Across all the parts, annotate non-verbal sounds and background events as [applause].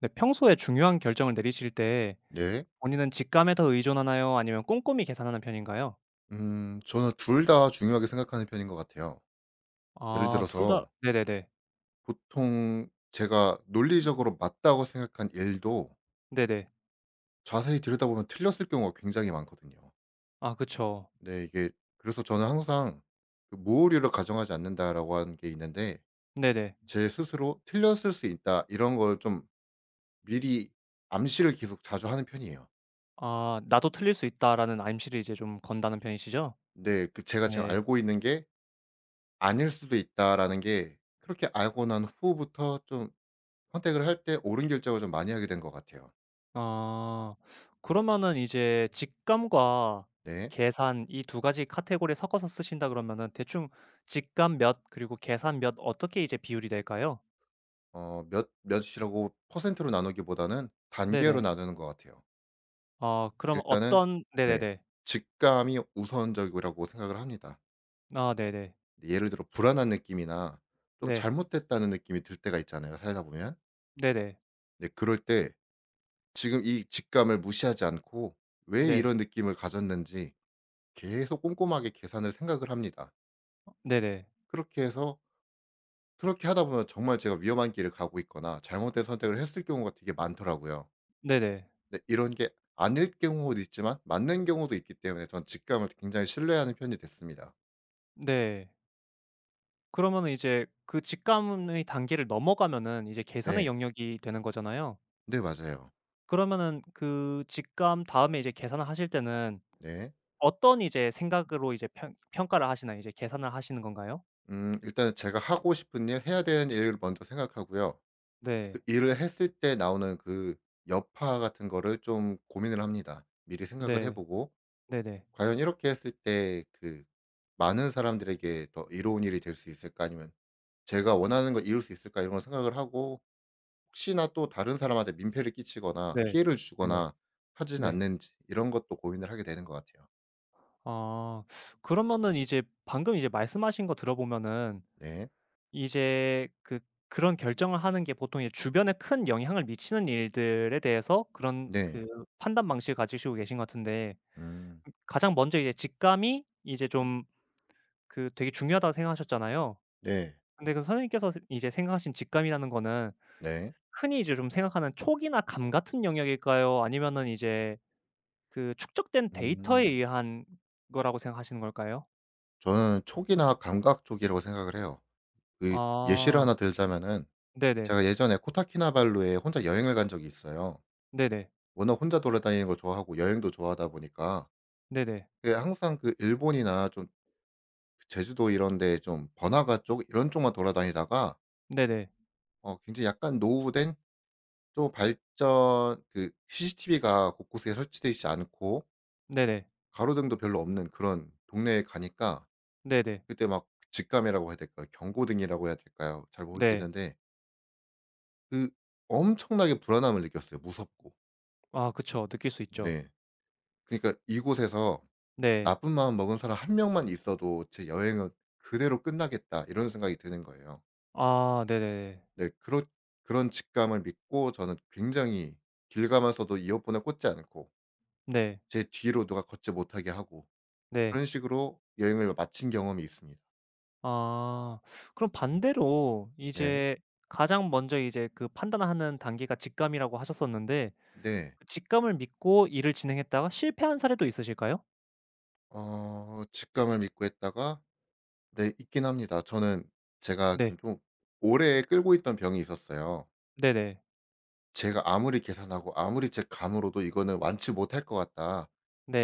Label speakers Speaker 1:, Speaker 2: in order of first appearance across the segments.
Speaker 1: 네. 평소에 중요한 결정을 내리실 때
Speaker 2: 네.
Speaker 1: 본인은 직감에 더 의존하나요? 아니면 꼼꼼히 계산하는 편인가요?
Speaker 2: 저는 둘 다 중요하게 생각하는 편인 것 같아요. 예를
Speaker 1: 아, 둘 다.
Speaker 2: 들어서
Speaker 1: 네네네.
Speaker 2: 보통 제가 논리적으로 맞다고 생각한 일도
Speaker 1: 네네.
Speaker 2: 자세히 들여다보면 틀렸을 경우가 굉장히 많거든요.
Speaker 1: 아 그쵸.
Speaker 2: 네, 이게 그래서 저는 항상 그 '무오류를 가정하지 않는다.'라고 하는 게 있는데
Speaker 1: 네네.
Speaker 2: 제 스스로 '틀렸을 수 있다.' 이런 걸 좀 미리 암시를 계속 자주 하는 편이에요.
Speaker 1: 아, '나도 틀릴 수 있다.'라는 암시를 이제 좀 건다는 편이시죠?
Speaker 2: 근데 그 제가 지금
Speaker 1: 네.
Speaker 2: 알고 있는 게 '아닐 수도 있다.'라는 게 그렇게 알고 난 후부터 좀 선택을 할 때 옳은 결정을 좀 많이 하게 된 것 같아요.
Speaker 1: 아. 그러면은 이제 직감과
Speaker 2: 네.
Speaker 1: 계산, 이 두 가지 카테고리에 섞어서 쓰신다 그러면은 대충 직감 몇 그리고 계산 몇, 어떻게 이제 비율이 될까요?
Speaker 2: 몇 몇이라고 퍼센트로 나누기보다는 단계로
Speaker 1: 네네.
Speaker 2: 나누는 것 같아요.
Speaker 1: 아 그럼
Speaker 2: 일단은
Speaker 1: 어떤.
Speaker 2: 네.
Speaker 1: 네네네.
Speaker 2: 직감이 우선적이라고 생각을 합니다.
Speaker 1: 아 네네.
Speaker 2: 예를 들어 불안한 느낌이나 좀
Speaker 1: 네.
Speaker 2: 잘못됐다는 느낌이 들 때가 있잖아요, 살다 보면.
Speaker 1: 네네.
Speaker 2: 네 그럴 때 지금 이 직감을 무시하지 않고 왜
Speaker 1: 네.
Speaker 2: 이런 느낌을 가졌는지 계속 꼼꼼하게 계산을 생각을 합니다.
Speaker 1: 네네.
Speaker 2: 그렇게 해서 그렇게 하다 보면 정말 제가 위험한 길을 가고 있거나 잘못된 선택을 했을 경우가 되게 많더라고요.
Speaker 1: 네네.
Speaker 2: 근데 이런 게 아닐 경우도 있지만 맞는 경우도 있기 때문에 전 직감을 굉장히 신뢰하는 편이 됐습니다.
Speaker 1: 네. 그러면은 이제 그 직감의 단계를 넘어가면은 이제 계산의
Speaker 2: 네.
Speaker 1: 영역이 되는 거잖아요.
Speaker 2: 네, 맞아요.
Speaker 1: 그러면은 그 직감 다음에 이제 계산을 하실 때는
Speaker 2: 네.
Speaker 1: 어떤 이제 생각으로 이제 평 평가를 하시나요? 이제 계산을 하시는 건가요?
Speaker 2: 일단 제가 하고 싶은 일, 해야 되는 일을 먼저 생각하고요. 그
Speaker 1: 네.
Speaker 2: 일을 했을 때 나오는 그 여파 같은 거를 좀 고민을 합니다. 미리 생각을
Speaker 1: 네.
Speaker 2: 해보고
Speaker 1: 네네.
Speaker 2: 과연 이렇게 했을 때 그 많은 사람들에게 더 이로운 일이 될 수 있을까 아니면 제가 원하는 걸 이룰 수 있을까 이런 걸 생각을 하고 혹시나 또 다른 사람한테 민폐를 끼치거나
Speaker 1: 네.
Speaker 2: 피해를
Speaker 1: 네네.
Speaker 2: 주거나 하진
Speaker 1: 네.
Speaker 2: 않는지 이런 것도 고민을 하게 되는 것 같아요.
Speaker 1: 아. 그러면은 이제 방금 이제 말씀하신 거 들어보면은
Speaker 2: 네.
Speaker 1: 이제 그, 그런 결정을 하는 게 보통 이제 주변에 큰 영향을 미치는 일들에 대해서 그런
Speaker 2: 네.
Speaker 1: 그 판단 방식을 가지시고 계신 것 같은데,
Speaker 2: 음.
Speaker 1: 가장 먼저 이제 직감이 이제 좀 그 되게 중요하다고 생각하셨잖아요.
Speaker 2: 네.
Speaker 1: 근데 그 선생님께서 이제 생각하신 직감이라는 거는
Speaker 2: 네.
Speaker 1: 흔히 이제 좀 생각하는 촉이나 감 같은 영역일까요? 아니면은 이제 그 축적된 데이터에
Speaker 2: 음.
Speaker 1: 의한 거라고 생각하시는 걸까요?
Speaker 2: 저는 촉이나 감각 쪽이라고 생각을 해요. 그 예시를
Speaker 1: 아.
Speaker 2: 하나 들자면은
Speaker 1: 네네.
Speaker 2: 제가 예전에 코타키나발루에 혼자 여행을 간 적이 있어요.
Speaker 1: 네네.
Speaker 2: 워낙 혼자 돌아다니는 걸 좋아하고 여행도 좋아하다 보니까
Speaker 1: 네네.
Speaker 2: 그 항상 그 일본이나 좀 제주도 이런 데 좀 번화가 쪽 이런 쪽만 돌아다니다가
Speaker 1: 네네.
Speaker 2: 굉장히 약간 노후된 또 발전 그 CCTV가 곳곳에 설치돼 있지 않고
Speaker 1: 네네.
Speaker 2: 가로등도 별로 없는 그런 동네에 가니까
Speaker 1: 네네. 네네.
Speaker 2: 그때 막 직감이라고 해야 될까요? 경고등이라고 해야 될까요? 잘
Speaker 1: 네.
Speaker 2: 모르겠는데 그 엄청나게 불안함을 느꼈어요 무섭고.
Speaker 1: 아 그쵸. 느낄 수 있죠.
Speaker 2: 네. 그러니까 이곳에서
Speaker 1: 네.
Speaker 2: '나쁜 마음 먹은 사람 한 명만 있어도 제 여행은 그대로 끝나겠다.' 이런 생각이 드는 거예요.
Speaker 1: 아 네네네.
Speaker 2: 네. 그런 그런 직감을 믿고 저는 굉장히 길 가면서도 이어폰을 꽂지 않고
Speaker 1: 네.
Speaker 2: 제 뒤로 누가 걷지 못하게 하고
Speaker 1: 네.
Speaker 2: 그런 식으로 여행을 마친 경험이 있습니다.
Speaker 1: 아 그럼 반대로
Speaker 2: 네.
Speaker 1: 이제 가장 먼저 이제 그 판단하는 단계가 직감이라고 하셨었는데,
Speaker 2: 네.
Speaker 1: 그 직감을 믿고 일을 진행했다가 실패한 사례도 있으실까요?
Speaker 2: 직감을 믿고 했다가 네 있긴 합니다. 저는 제가
Speaker 1: 네.
Speaker 2: 그 좀 오래 끌고 있던 병이 있었어요.
Speaker 1: 네네.
Speaker 2: 제가 아무리 계산하고 아무리 제 감으로도 '이거는 완치 못할 것 같다.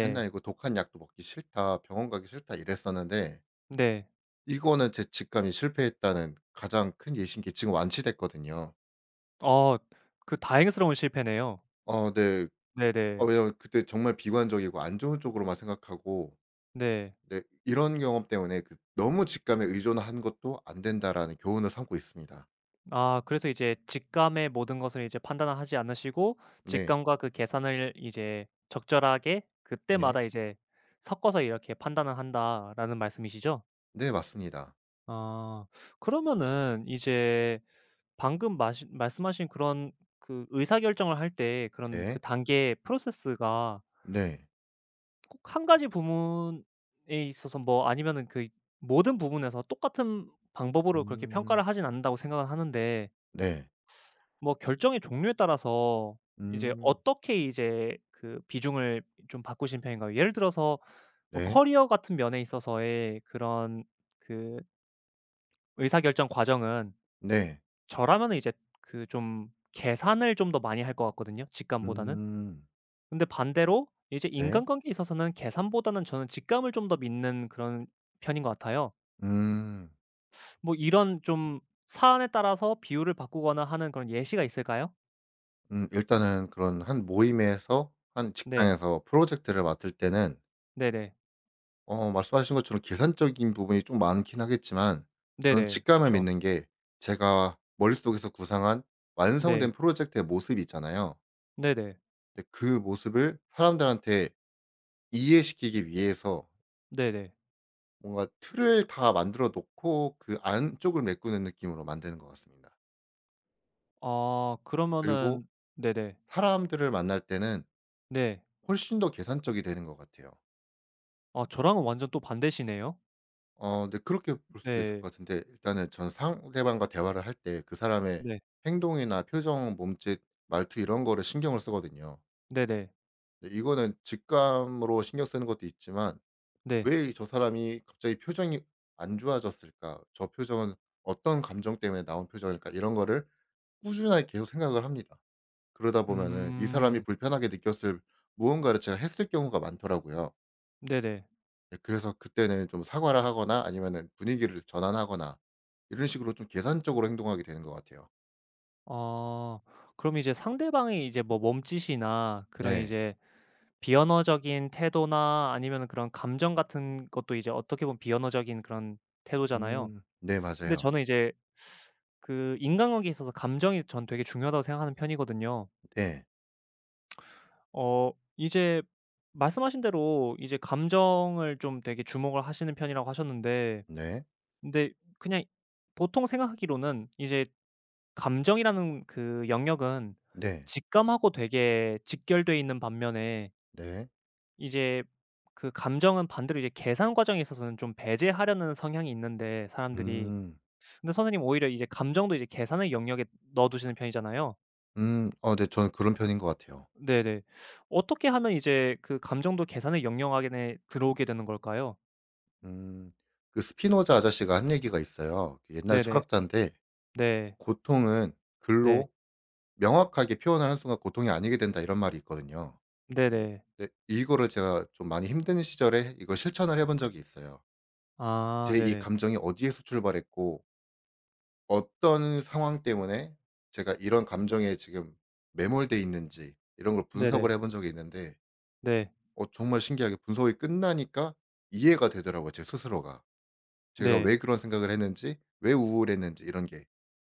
Speaker 2: 맨날 이거 독한 약도 먹기 싫다. 병원 가기 싫다.' 이랬었는데
Speaker 1: 네.
Speaker 2: 이거는 제 직감이 실패했다는 가장 큰 예시인 게 지금 완치됐거든요.
Speaker 1: 어, 그 다행스러운 실패네요.
Speaker 2: 어 네.
Speaker 1: 네네.
Speaker 2: 왜냐면 그때 정말 비관적이고 안 좋은 쪽으로만 생각하고
Speaker 1: 네.
Speaker 2: 네. 이런 경험 때문에 그 '너무 직감에 의존한 것도 안 된다.'라는 교훈을 삼고 있습니다.
Speaker 1: 아 그래서 이제 직감의 모든 것을 이제 판단을 하지 않으시고
Speaker 2: 네.
Speaker 1: 직감과 그 계산을 이제 적절하게
Speaker 2: 네.
Speaker 1: 그때마다 이제 섞어서 이렇게 판단을 한다라는 말씀이시죠?
Speaker 2: 네 맞습니다.
Speaker 1: 아. 그러면은 이제 방금 마시 말씀하신 그런 그 의사결정을 할 때 그런 그
Speaker 2: 네.
Speaker 1: 단계 프로세스가
Speaker 2: 네.
Speaker 1: 꼭 한 가지 부분에 있어서, 뭐 아니면은 그 모든 부분에서 똑같은 방법으로 그렇게
Speaker 2: 음.
Speaker 1: 평가를 하진 않는다고 생각은 하는데,
Speaker 2: 네.
Speaker 1: 뭐 결정의 종류에 따라서 이제
Speaker 2: 음.
Speaker 1: 어떻게 이제 그 비중을 좀 바꾸신 편인가요? 예를 들어서 뭐
Speaker 2: 네.
Speaker 1: 커리어 같은 면에 있어서의 그런 그 의사결정 과정은
Speaker 2: 네.
Speaker 1: 저라면은 이제 그 좀 계산을 좀 더 많이 할 것 같거든요, 직감보다는.
Speaker 2: 음.
Speaker 1: 근데 반대로 이제
Speaker 2: 네.
Speaker 1: 인간관계에 있어서는 계산보다는 저는 직감을 좀 더 믿는 그런 편인 것 같아요.
Speaker 2: 음.
Speaker 1: 뭐 이런 좀 사안에 따라서 비율을 바꾸거나 하는 그런 예시가 있을까요?
Speaker 2: 일단은 그런 한 모임에서 한
Speaker 1: 네.
Speaker 2: 직장에서 프로젝트를 맡을 때는
Speaker 1: 네네.
Speaker 2: 말씀하신 것처럼 계산적인 부분이 좀 많긴 하겠지만 저는
Speaker 1: 네네.
Speaker 2: 직감을
Speaker 1: 그렇죠.
Speaker 2: 믿는 게 제가 머릿속에서 구상한
Speaker 1: 네.
Speaker 2: 완성된 프로젝트의 모습이 있잖아요.
Speaker 1: 네네.
Speaker 2: 근데 그 모습을 사람들한테 이해시키기 위해서
Speaker 1: 네네.
Speaker 2: 뭔가 틀을 다 만들어 놓고 그 안쪽을 메꾸는 느낌으로 만드는 것 같습니다.
Speaker 1: 아
Speaker 2: 그리고
Speaker 1: 그러면은. 네네.
Speaker 2: 사람들을 만날 때는
Speaker 1: 네.
Speaker 2: 훨씬 더 계산적이 되는 것 같아요.
Speaker 1: 아 저랑은 완전 또 반대시네요.
Speaker 2: 네 그렇게 볼 수도 있을
Speaker 1: 네.
Speaker 2: 것 같은데 일단은 전 상대방과 대화를 할 때 그 사람의
Speaker 1: 네.
Speaker 2: 행동이나 표정, 몸짓, 말투 이런 거를 신경을 쓰거든요.
Speaker 1: 네네.
Speaker 2: 근데 이거는 직감으로 신경 쓰는 것도 있지만
Speaker 1: 네.
Speaker 2: '왜 저 사람이 갑자기 표정이 안 좋아졌을까? 저 표정은 어떤 감정 때문에 나온 표정일까?' 이런 거를 꾸준하게 계속 생각을 합니다. 그러다 보면은 이 사람이
Speaker 1: 음.
Speaker 2: 불편하게 느꼈을 무언가를 제가 했을 경우가 많더라고요.
Speaker 1: 네네.
Speaker 2: 네, 그래서 그때는 좀 사과를 하거나 아니면은 분위기를 전환하거나 이런 식으로 좀 계산적으로 행동하게 되는 것 같아요.
Speaker 1: 아 그럼 이제 상대방의 이제 뭐 몸짓이나 그런
Speaker 2: 네.
Speaker 1: 이제 비언어적인 태도나 아니면은 그런 감정 같은 것도 이제 어떻게 보면 비언어적인 그런 태도잖아요.
Speaker 2: 음. 네
Speaker 1: 근데
Speaker 2: 맞아요.
Speaker 1: 저는 이제 그 인간관계에 있어서 감정이 전 되게 중요하다고 생각하는 편이거든요.
Speaker 2: 네.
Speaker 1: 어 이제 말씀하신 대로 이제 감정을 좀 되게 주목을 하시는 편이라고 하셨는데,
Speaker 2: 네.
Speaker 1: 근데 그냥 보통 생각하기로는 이제 감정이라는 그 영역은
Speaker 2: 네.
Speaker 1: 직감하고 되게 직결돼 있는 반면에
Speaker 2: 네.
Speaker 1: 이제 그 감정은 반대로 이제 계산 과정에 있어서는 좀 배제하려는 성향이 있는데, 사람들이.
Speaker 2: 음.
Speaker 1: 근데 선생님 오히려 이제 감정도 이제 계산의 영역에 넣어 두시는 편이잖아요.
Speaker 2: 음. 네 저는 그런 편인 것 같아요.
Speaker 1: 네네. 어떻게 하면 이제 그 감정도 계산의 영역 안에 들어오게 되는 걸까요?
Speaker 2: 음. 그 스피노자 아저씨가 한 얘기가 있어요. 그 옛날
Speaker 1: 네네.
Speaker 2: 철학자인데
Speaker 1: 네.
Speaker 2: "고통은
Speaker 1: 네.
Speaker 2: 글로 명확하게 표현하는 순간 고통이 아니게 된다." 이런 말이 있거든요.
Speaker 1: 네네.
Speaker 2: 근데 이거를 제가 좀 많이 힘든 시절에 이걸 실천을 해본 적이 있어요.
Speaker 1: 아
Speaker 2: 제 이
Speaker 1: 네네.
Speaker 2: 감정이 어디에서 출발했고 어떤 상황 때문에 제가 이런 감정에 지금 매몰돼 있는지 이런 걸
Speaker 1: 네네.
Speaker 2: 분석을 해본 적이 있는데
Speaker 1: 네.
Speaker 2: 정말 신기하게 분석이 끝나니까 이해가 되더라고요, 제 스스로가. 제가
Speaker 1: 네.
Speaker 2: 왜 그런 생각을 했는지 왜 우울했는지 이런 게.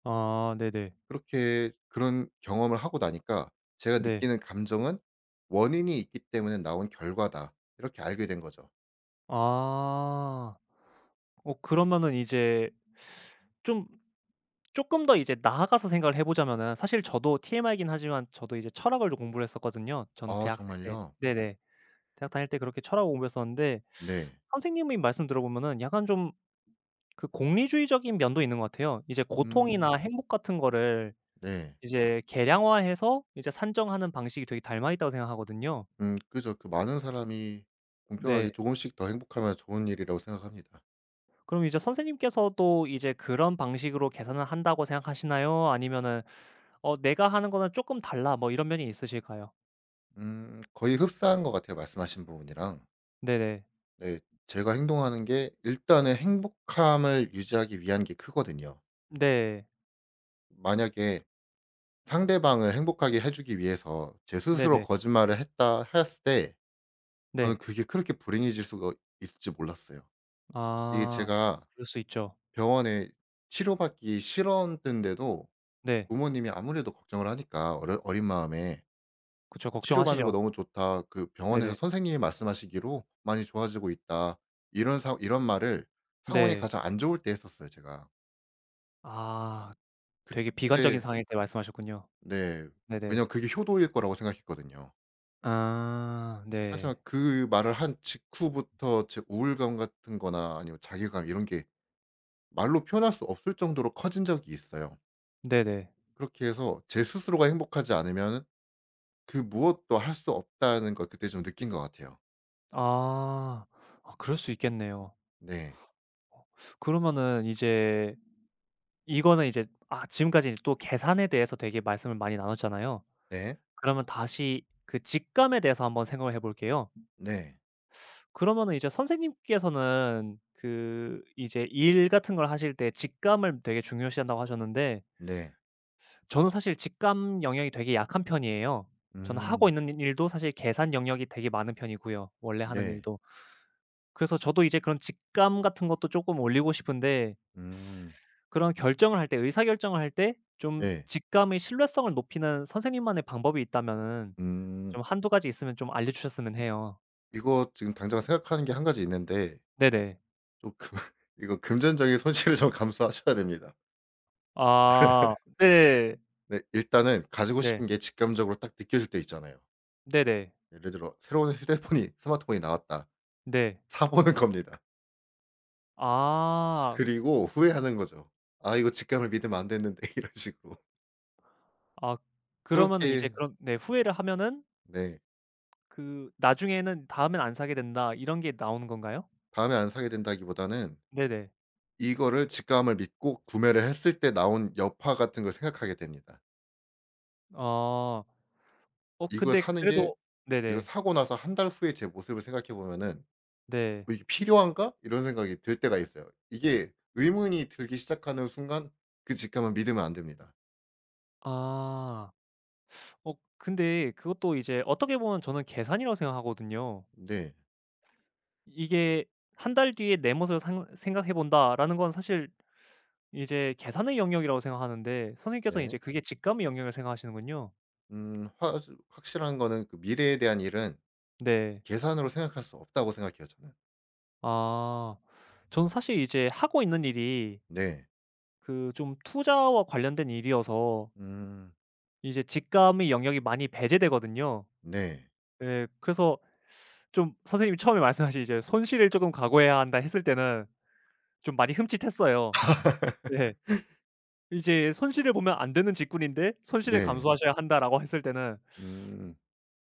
Speaker 1: 아 네네.
Speaker 2: 그렇게 그런 경험을 하고 나니까 제가
Speaker 1: 네.
Speaker 2: 느끼는 감정은 '원인이 있기 때문에 나온 결과다.' 이렇게 알게 된 거죠.
Speaker 1: 아. 어 그러면은 이제 좀 쪼끔 더 이제 나아가서 생각을 해 보자면은, 사실 저도 TMI이긴 하지만 저도 이제 철학을 좀 공부를 했었거든요, 전
Speaker 2: 아
Speaker 1: 대학생 때.
Speaker 2: 정말요?
Speaker 1: 네네. 대학 다닐 때 그렇게 철학을 공부했었는데,
Speaker 2: 네.
Speaker 1: 선생님이 말씀 들어 보면은 약간 좀 그 공리주의적인 면도 있는 것 같아요. 이제 고통이나
Speaker 2: 음.
Speaker 1: 행복 같은 거를
Speaker 2: 네.
Speaker 1: 이제 계량화해서 이제 산정하는 방식이 되게 닮아 있다고 생각하거든요.
Speaker 2: 그죠. 그 많은 사람이
Speaker 1: 네.
Speaker 2: 공평하게 조금씩 더 행복하면 좋은 일이라고 생각합니다.
Speaker 1: 그럼 이제 선생님께서도 이제 그런 방식으로 계산을 한다고 생각하시나요? 아니면은 '어, 내가 하는 거는 쪼끔 달라.' 뭐 이런 면이 있으실까요?
Speaker 2: 거의 흡사한 것 같아요 말씀하신 부분이랑.
Speaker 1: 네네.
Speaker 2: 네. 제가 행동하는 게 일단은 행복함을 유지하기 위한 게 크거든요.
Speaker 1: 네.
Speaker 2: 만약에 상대방을 행복하게 해 주기 위해서 제 스스로
Speaker 1: 네네.
Speaker 2: 거짓말을 했다 했을 때 저는
Speaker 1: 네.
Speaker 2: 그게 그렇게 불행해질 수가 있을지 몰랐어요. 이게
Speaker 1: 아
Speaker 2: 제가
Speaker 1: 그럴 수 있죠.
Speaker 2: 병원에 치료받기 싫었는데도
Speaker 1: 네.
Speaker 2: 부모님이 아무래도 걱정을 하니까 어려 어린 마음에
Speaker 1: 그쵸.
Speaker 2: "치료받는 거
Speaker 1: 걱정하시죠.
Speaker 2: 너무 좋다. 그 병원에서
Speaker 1: 네네.
Speaker 2: 선생님이 말씀하시기로 많이 좋아지고 있다." 이런 사, 이런 말을 상황이
Speaker 1: 네.
Speaker 2: 가장 안 좋을 때 했었어요 제가.
Speaker 1: 아 되게 비관적인
Speaker 2: 그때
Speaker 1: 상황일 때 말씀하셨군요.
Speaker 2: 네.
Speaker 1: 네네.
Speaker 2: 왜냐면 그게 효도일 거라고 생각했거든요.
Speaker 1: 아 네.
Speaker 2: 하지만 그 말을 한 직후부터 제 우울감 같은 거나 아니면 자괴감 이런 게 말로 표현할 수 없을 정도로 커진 적이 있어요.
Speaker 1: 네네.
Speaker 2: 그렇게 해서 제 스스로가 행복하지 않으면 그 무엇도 할 수 없다는 걸 그때 좀 느낀 것 같아요.
Speaker 1: 아. 아 그럴 수 있겠네요.
Speaker 2: 네.
Speaker 1: 그러면은 이제 이거는 이제, 아 지금까지 이제 또 계산에 대해서 되게 말씀을 많이 나눴잖아요.
Speaker 2: 네.
Speaker 1: 그러면 다시 그 직감에 대해서 한번 생각을 해 볼게요.
Speaker 2: 네.
Speaker 1: 그러면은 이제 선생님께서는 그 이제 일 같은 걸 하실 때 직감을 되게 중요시한다고 하셨는데,
Speaker 2: 네.
Speaker 1: 저는 사실 직감 영역이 되게 약한 편이에요. 저는 하고
Speaker 2: 음.
Speaker 1: 있는 일도 사실 계산 영역이 되게 많은 편이고요, 원래 하는
Speaker 2: 네.
Speaker 1: 일도. 그래서 저도 이제 그런 직감 같은 것도 쪼끔 올리고 싶은데,
Speaker 2: 음.
Speaker 1: 그런 결정을 할 때, 의사결정을 할 때 좀
Speaker 2: 네.
Speaker 1: 직감의 신뢰성을 높이는 선생님만의 방법이 있다면은
Speaker 2: 음.
Speaker 1: 좀 한두 가지 있으면 좀 알려 주셨으면 해요.
Speaker 2: 이거 지금 당장 생각하는 게 한 가지 있는데
Speaker 1: 네네.
Speaker 2: 조금 [laughs] 이거 금전적인 손실을 좀 감수하셔야 됩니다.
Speaker 1: 아 네.
Speaker 2: 네. 일단은 가지고
Speaker 1: 네.
Speaker 2: 싶은 게 직감적으로 딱 느껴질 때 있잖아요.
Speaker 1: 네네.
Speaker 2: 예를 들어 새로운 휴대폰이 스마트폰이 나왔다.
Speaker 1: 네.
Speaker 2: 사 보는 겁니다.
Speaker 1: 아.
Speaker 2: 그리고 후회하는 거죠. '아 이거 직감을 믿으면 안 됐는데.' [laughs] 이런 식으로.
Speaker 1: 아 그러면은 이제
Speaker 2: 그렇게
Speaker 1: 그런, 네, 후회를 하면은
Speaker 2: 네.
Speaker 1: 그 나중에는 '다음엔 안 사게 된다.' 이런 게 나오는 건가요?
Speaker 2: 다음에 안 사게 된다기보다는
Speaker 1: 네네.
Speaker 2: 이거를 직감을 믿고 구매를 했을 때 나온 여파 같은 걸 생각하게 됩니다.
Speaker 1: 아. 어
Speaker 2: 이걸
Speaker 1: 근데
Speaker 2: 사는 게
Speaker 1: 그래도.
Speaker 2: 이걸
Speaker 1: 네네.
Speaker 2: 사고 나서 한 달 후에 제 모습을 생각해 보면은
Speaker 1: 네.
Speaker 2: '어 이게 필요한가?' 이런 생각이 들 때가 있어요. 이게 의문이 들기 시작하는 순간 그 직감은 믿으면 안 됩니다.
Speaker 1: 아. 어 근데 그것도 이제 어떻게 보면 저는 계산이라고 생각하거든요.
Speaker 2: 근데
Speaker 1: 이게 한 달 뒤에 내 모습을 상 생각해 본다.'라는 건 사실 이제 계산의 영역이라고 생각하는데, 선생님께서는 이제
Speaker 2: 네.
Speaker 1: 그게 직감의 영역을 생각하시는군요.
Speaker 2: 확 확실한 거는 그 미래에 대한 일은
Speaker 1: 네.
Speaker 2: 계산으로 생각할 수 없다고 생각해요 저는.
Speaker 1: 아. 저는 사실 이제 하고 있는 일이
Speaker 2: 네.
Speaker 1: 그 좀 투자와 관련된 일이어서
Speaker 2: 음.
Speaker 1: 이제 직감의 영역이 많이 배제되거든요.
Speaker 2: 네.
Speaker 1: 예. 그래서 좀 선생님이 처음에 말씀하신 이제 '손실을 쪼금 각오해야 한다.' 했을 때는 좀 많이 흠칫했어요.
Speaker 2: [laughs]
Speaker 1: 네. 이제 손실을 보면 안 되는 직군인데 '손실을
Speaker 2: 네.
Speaker 1: 감수하셔야 한다.'라고 했을 때는
Speaker 2: 음.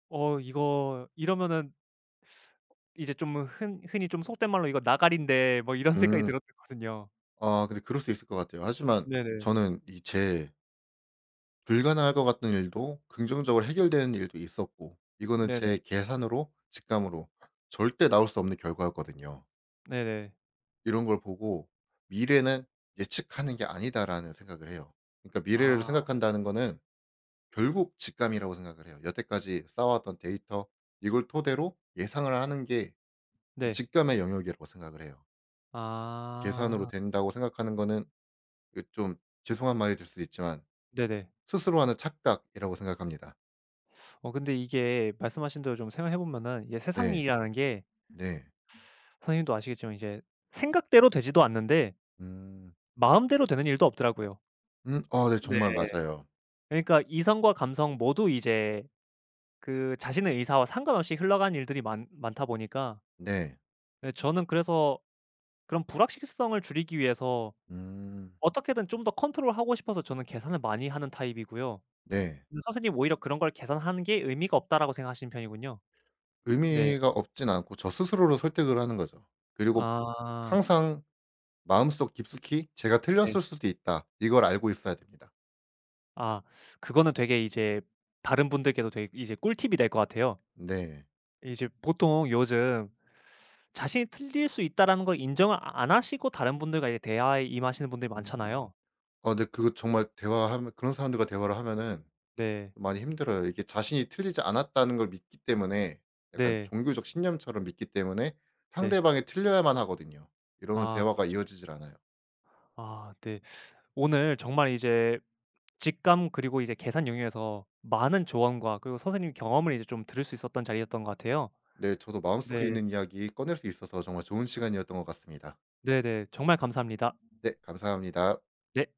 Speaker 1: 어 이거 이러면은 이제 좀 흔 흔히 좀 속된 말로 '이거 나가린데.' 뭐 이런 [laughs] 생각이
Speaker 2: 음.
Speaker 1: 들었거든요.
Speaker 2: 아 근데 그럴 수 있을 것 같아요. 하지만
Speaker 1: 네네.
Speaker 2: 저는 이제 불가능할 것 같은 일도 긍정적으로 해결되는 일도 있었고 이거는
Speaker 1: 네네.
Speaker 2: 제 계산으로 직감으로 절대 나올 수 없는 결과였거든요.
Speaker 1: 네네.
Speaker 2: 이런 걸 보고 '미래는 예측하는 게 아니다.'라는 생각을 해요. 그러니까 미래를
Speaker 1: 아
Speaker 2: 생각한다는 거는 결국 직감이라고 생각을 해요. 여태까지 쌓아왔던 데이터 이걸 토대로 예상을 하는 게
Speaker 1: 네.
Speaker 2: 직감의 영역이라고 생각을 해요. 계산으로
Speaker 1: 아
Speaker 2: 된다고 생각하는 거는 이거 좀 죄송한 말이 될 수도 있지만
Speaker 1: 네네.
Speaker 2: 스스로 하는 착각이라고 생각합니다.
Speaker 1: 어 근데 이게 말씀하신 대로 좀 생각해 보면은 이게 세상
Speaker 2: 네.
Speaker 1: 일이라는 게
Speaker 2: 네.
Speaker 1: 선생님도 아시겠지만 이제 생각대로 되지도 않는데
Speaker 2: 음.
Speaker 1: 마음대로 되는 일도 없더라고요.
Speaker 2: 음. 아 네
Speaker 1: 네.
Speaker 2: 정말 맞아요.
Speaker 1: 그러니까 이성과 감성 모두 이제 그 자신의 의사와 상관없이 흘러간 일들이 많 많다 보니까
Speaker 2: 네.
Speaker 1: 예 저는 그래서 그런 불확실성을 줄이기 위해서
Speaker 2: 음.
Speaker 1: 어떻게든 좀 더 컨트롤하고 싶어서 저는 계산을 많이 하는 타입이고요.
Speaker 2: 네.
Speaker 1: 근데 선생님 오히려 그런 걸 계산하는 게 의미가 없다라고 생각하시는 편이군요. 네.
Speaker 2: 의미가 없진 않고 저 스스로를 설득을 하는 거죠. 그리고
Speaker 1: 아
Speaker 2: 항상 마음속 깊숙이 '제가
Speaker 1: 네.
Speaker 2: 틀렸을 수도 있다.' 이걸 알고 있어야 됩니다.
Speaker 1: 아 그거는 되게 이제 다른 분들께도 되게 이제 꿀팁이 될 것 같아요.
Speaker 2: 네.
Speaker 1: 이제 보통 요즘 자신이 틀릴 수 있다라는 걸 인정을 안 하시고 다른 분들과 이제 대화에 임하시는 분들이
Speaker 2: 음.
Speaker 1: 많잖아요.
Speaker 2: 네 그거 정말 대화하면 그런 사람들과 대화를 하면은
Speaker 1: 네.
Speaker 2: 많이 힘들어요. 이게 자신이 틀리지 않았다는 걸 믿기 때문에 약간
Speaker 1: 네.
Speaker 2: 종교적 신념처럼 믿기 때문에
Speaker 1: 네.
Speaker 2: 상대방이 틀려야만 하거든요. 이러면
Speaker 1: 아
Speaker 2: 대화가
Speaker 1: 그렇죠.
Speaker 2: 이어지질 않아요.
Speaker 1: 아 네. 오늘 정말 이제 직감 그리고 이제 계산 영역에서 많은 조언과 그리고 선생님 경험을 이제 좀 들을 수 있었던 자리였던 것 같아요.
Speaker 2: 네. 저도
Speaker 1: 네.
Speaker 2: 마음속에 있는 이야기 꺼낼 수 있어서 정말 좋은 시간이었던 것 같습니다.
Speaker 1: 네네. 정말 감사합니다.
Speaker 2: 네. 감사합니다.
Speaker 1: 네.